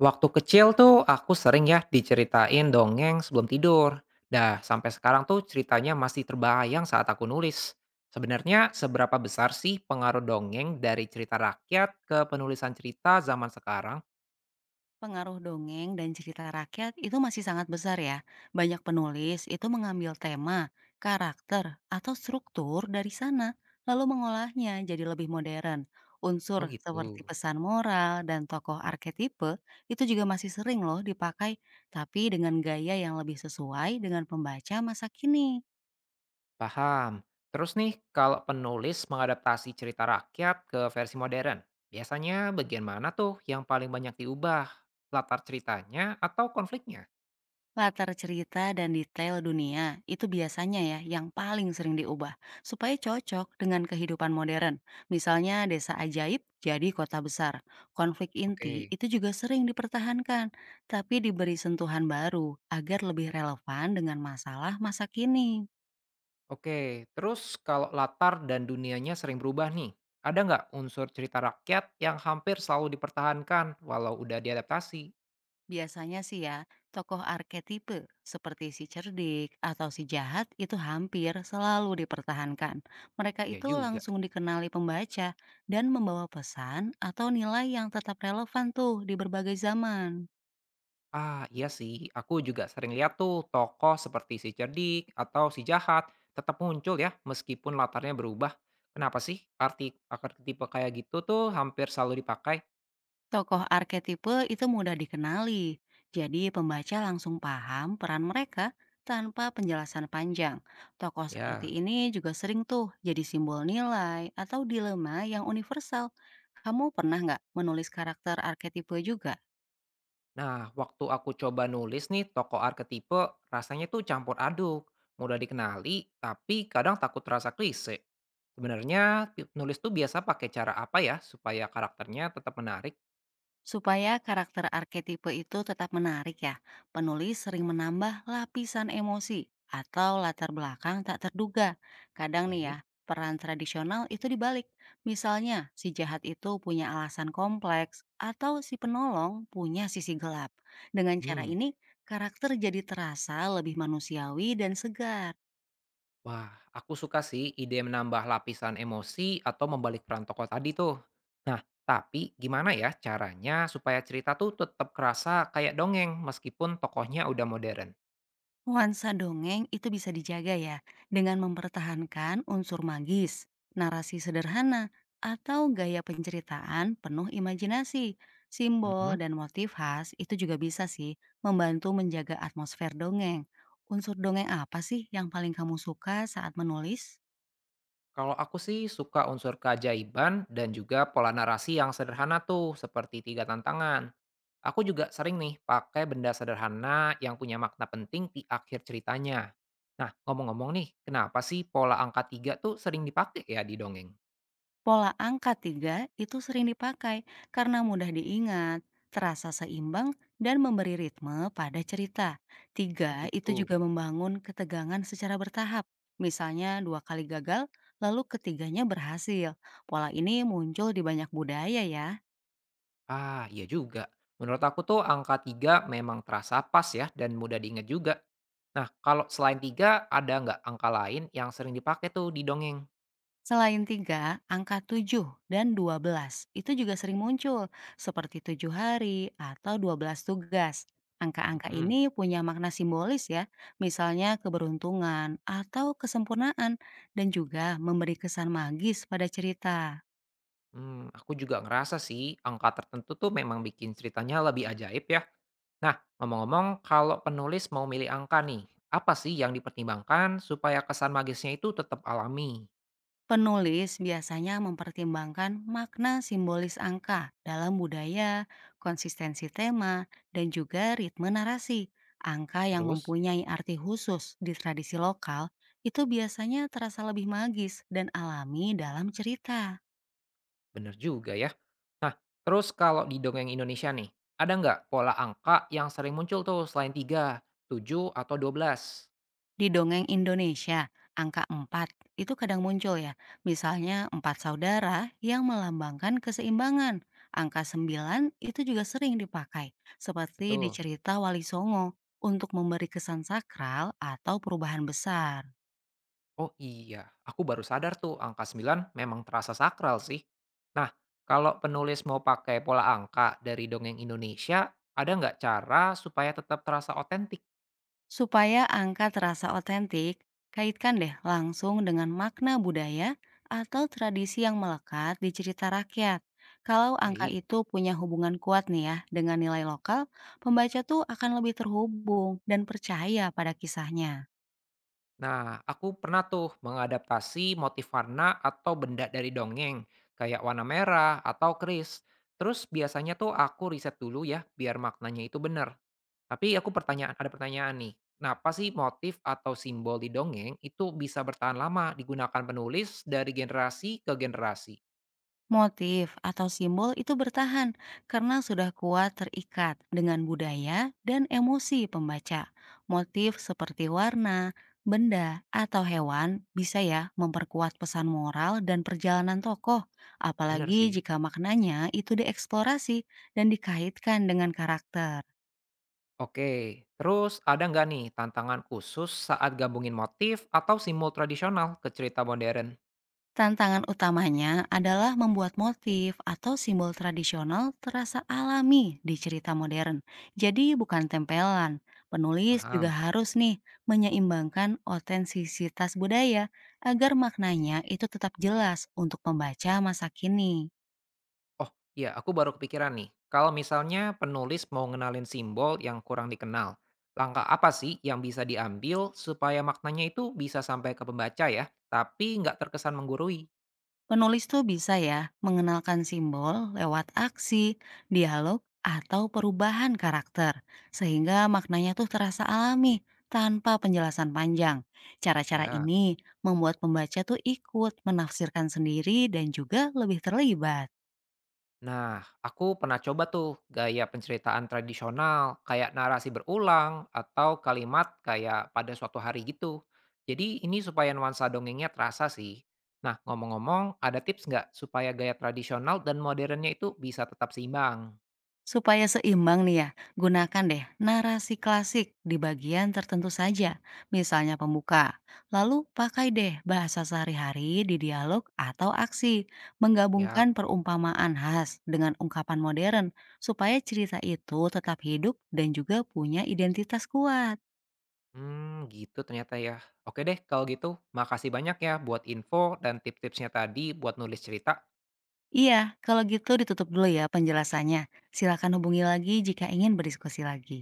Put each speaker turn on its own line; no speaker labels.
Waktu kecil tuh aku sering ya diceritain dongeng sebelum tidur. Dah, sampai sekarang tuh ceritanya masih terbayang saat aku nulis. Sebenarnya seberapa besar sih pengaruh dongeng dari cerita rakyat ke penulisan cerita zaman sekarang?
Pengaruh dongeng dan cerita rakyat itu masih sangat besar ya. Banyak penulis itu mengambil tema, karakter, atau struktur dari sana, lalu mengolahnya jadi lebih modern. Unsur
Oh gitu.
seperti pesan moral dan tokoh arketipe itu juga masih sering loh dipakai, tapi dengan gaya yang lebih sesuai dengan pembaca masa kini.
Paham. Terus nih, kalau penulis mengadaptasi cerita rakyat ke versi modern, biasanya bagian mana tuh yang paling banyak diubah? Latar ceritanya atau konfliknya?
Latar cerita dan detail dunia itu biasanya ya yang paling sering diubah supaya cocok dengan kehidupan modern. Misalnya desa ajaib jadi kota besar. Konflik inti
Oke.
itu juga sering dipertahankan, tapi diberi sentuhan baru agar lebih relevan dengan masalah masa kini.
Oke, terus kalau latar dan dunianya sering berubah nih, ada nggak unsur cerita rakyat yang hampir selalu dipertahankan walau udah diadaptasi?
Biasanya sih ya, tokoh arketipe seperti si cerdik atau si jahat itu hampir selalu dipertahankan. Mereka
Ya
itu
juga.
langsung dikenali pembaca dan membawa pesan atau nilai yang tetap relevan tuh di berbagai zaman.
Ah, iya sih. Aku juga sering lihat tuh tokoh seperti si cerdik atau si jahat tetap muncul ya meskipun latarnya berubah. Kenapa sih arti tipe kayak gitu tuh hampir selalu dipakai?
Tokoh arketipe itu mudah dikenali, jadi pembaca langsung paham peran mereka tanpa penjelasan panjang. Tokoh seperti
Ya.
ini juga sering tuh jadi simbol nilai atau dilema yang universal. Kamu pernah nggak menulis karakter arketipe juga?
Nah, waktu aku coba nulis nih tokoh arketipe, rasanya tuh campur aduk. Mudah dikenali, tapi kadang takut terasa klise. Sebenarnya pi nulis tuh biasa pakai cara apa ya supaya karakternya tetap menarik?
Supaya karakter arketipe itu tetap menarik ya, penulis sering menambah lapisan emosi atau latar belakang tak terduga. Kadang nih ya,
Baik.
peran tradisional itu dibalik. Misalnya, si jahat itu punya alasan kompleks atau si penolong punya sisi gelap. Dengan cara
Mmm.
ini, karakter jadi terasa lebih manusiawi dan segar.
Wah, aku suka sih ide menambah lapisan emosi atau membalik peran tokoh tadi tuh. Nah, tapi gimana ya caranya supaya cerita tuh tetap kerasa kayak dongeng meskipun tokohnya udah modern?
Nuansa dongeng itu bisa dijaga ya dengan mempertahankan unsur magis, narasi sederhana, atau gaya penceritaan penuh imajinasi. Simbol
Mhm.
dan motif khas itu juga bisa sih membantu menjaga atmosfer dongeng. Unsur dongeng apa sih yang paling kamu suka saat menulis?
Kalau aku sih suka unsur keajaiban dan juga pola narasi yang sederhana tuh seperti 3 tantangan. Aku juga sering nih pakai benda sederhana yang punya makna penting di akhir ceritanya. Nah, ngomong-ngomong nih, kenapa sih pola angka tiga tuh sering dipakai ya di dongeng?
Pola angka 3 itu sering dipakai karena mudah diingat, terasa seimbang, dan memberi ritme pada cerita.
Oh
Tiga itu
gitu.
juga membangun ketegangan secara bertahap. Misalnya dua kali gagal, lalu ketiganya berhasil. Pola ini muncul di banyak budaya ya.
Ah, iya juga. Menurut aku tuh angka tiga memang terasa pas ya dan mudah diingat juga. Nah, kalau selain tiga, ada nggak angka lain yang sering dipakai tuh di dongeng?
Selain 3, angka 7 dan 12 itu juga sering muncul, seperti 7 hari atau 12 tugas. Angka-angka
Mhm.
ini punya makna simbolis ya, misalnya keberuntungan atau kesempurnaan dan juga memberi kesan magis pada cerita.
Aku juga ngerasa sih angka tertentu tuh memang bikin ceritanya lebih ajaib ya. Nah, ngomong-ngomong kalau penulis mau milih angka nih, apa sih yang dipertimbangkan supaya kesan magisnya itu tetap alami?
Penulis biasanya mempertimbangkan makna simbolis angka dalam budaya, konsistensi tema, dan juga ritme narasi. Angka yang
Terus
mempunyai arti khusus di tradisi lokal itu biasanya terasa lebih magis dan alami dalam cerita.
bener juga ya. Nah, terus kalau di dongeng Indonesia nih, ada nggak pola angka yang sering muncul tuh selain 3, 7 atau 12?
Di dongeng Indonesia, angka 4 itu kadang muncul ya. Misalnya empat saudara yang melambangkan keseimbangan. Angka 9 itu juga sering dipakai, seperti di
Betul.
cerita Wali Songo, untuk memberi kesan sakral atau perubahan besar.
Oh iya, aku baru sadar tuh angka 9 memang terasa sakral sih. Nah, kalau penulis mau pakai pola angka dari dongeng Indonesia, ada nggak cara supaya tetap terasa otentik?
Supaya angka terasa otentik, kaitkan deh langsung dengan makna budaya atau tradisi yang melekat di cerita rakyat. Kalau angka
Baik.
itu punya hubungan kuat nih ya dengan nilai lokal, pembaca tuh akan lebih terhubung dan percaya pada kisahnya.
Nah, aku pernah tuh mengadaptasi motif warna atau benda dari dongeng, kayak warna merah atau keris. Terus biasanya tuh aku riset dulu ya, biar maknanya itu benar. Tapi aku pertanyaan ada pertanyaan nih, kenapa sih motif atau simbol di dongeng itu bisa bertahan lama digunakan penulis dari generasi ke generasi?
Motif atau simbol itu bertahan karena sudah kuat terikat dengan budaya dan emosi pembaca. Motif seperti warna, benda, atau hewan bisa ya memperkuat pesan moral dan perjalanan tokoh,
Bener
apalagi
sih.
jika maknanya itu dieksplorasi dan dikaitkan dengan karakter.
Oke, terus ada nggak nih tantangan khusus saat gabungin motif atau simbol tradisional ke cerita modern?
Tantangan utamanya adalah membuat motif atau simbol tradisional terasa alami di cerita modern. Jadi bukan tempelan. Penulis juga
Paham.
harus nih menyeimbangkan otentisitas budaya agar maknanya itu tetap jelas untuk pembaca masa kini.
Oh iya, aku baru kepikiran nih. Kalau misalnya penulis mau ngenalin simbol yang kurang dikenal, langkah apa sih yang bisa diambil supaya maknanya itu bisa sampai ke pembaca ya, tapi nggak terkesan menggurui?
Penulis tuh bisa ya mengenalkan simbol lewat aksi, dialog, atau perubahan karakter, sehingga maknanya tuh terasa alami tanpa penjelasan panjang. Cara-cara
Ya.
ini membuat pembaca tuh ikut menafsirkan sendiri dan juga lebih terlibat.
Nah, aku pernah coba tuh gaya penceritaan tradisional kayak narasi berulang atau kalimat kayak pada suatu hari gitu. Jadi ini supaya nuansa dongengnya terasa sih. Nah, ngomong-ngomong, ada tips nggak supaya gaya tradisional dan modernnya itu bisa tetap seimbang?
Supaya seimbang nih ya, gunakan deh narasi klasik di bagian tertentu saja, misalnya pembuka. Lalu pakai deh bahasa sehari-hari di dialog atau aksi,
Ya,
menggabungkan perumpamaan khas dengan ungkapan modern supaya cerita itu tetap hidup dan juga punya identitas kuat.
gitu ternyata ya. Oke deh, kalau gitu makasih banyak ya buat info dan tips-tipsnya tadi buat nulis cerita.
Iya, kalau gitu ditutup dulu ya penjelasannya. Silakan hubungi lagi jika ingin berdiskusi lagi.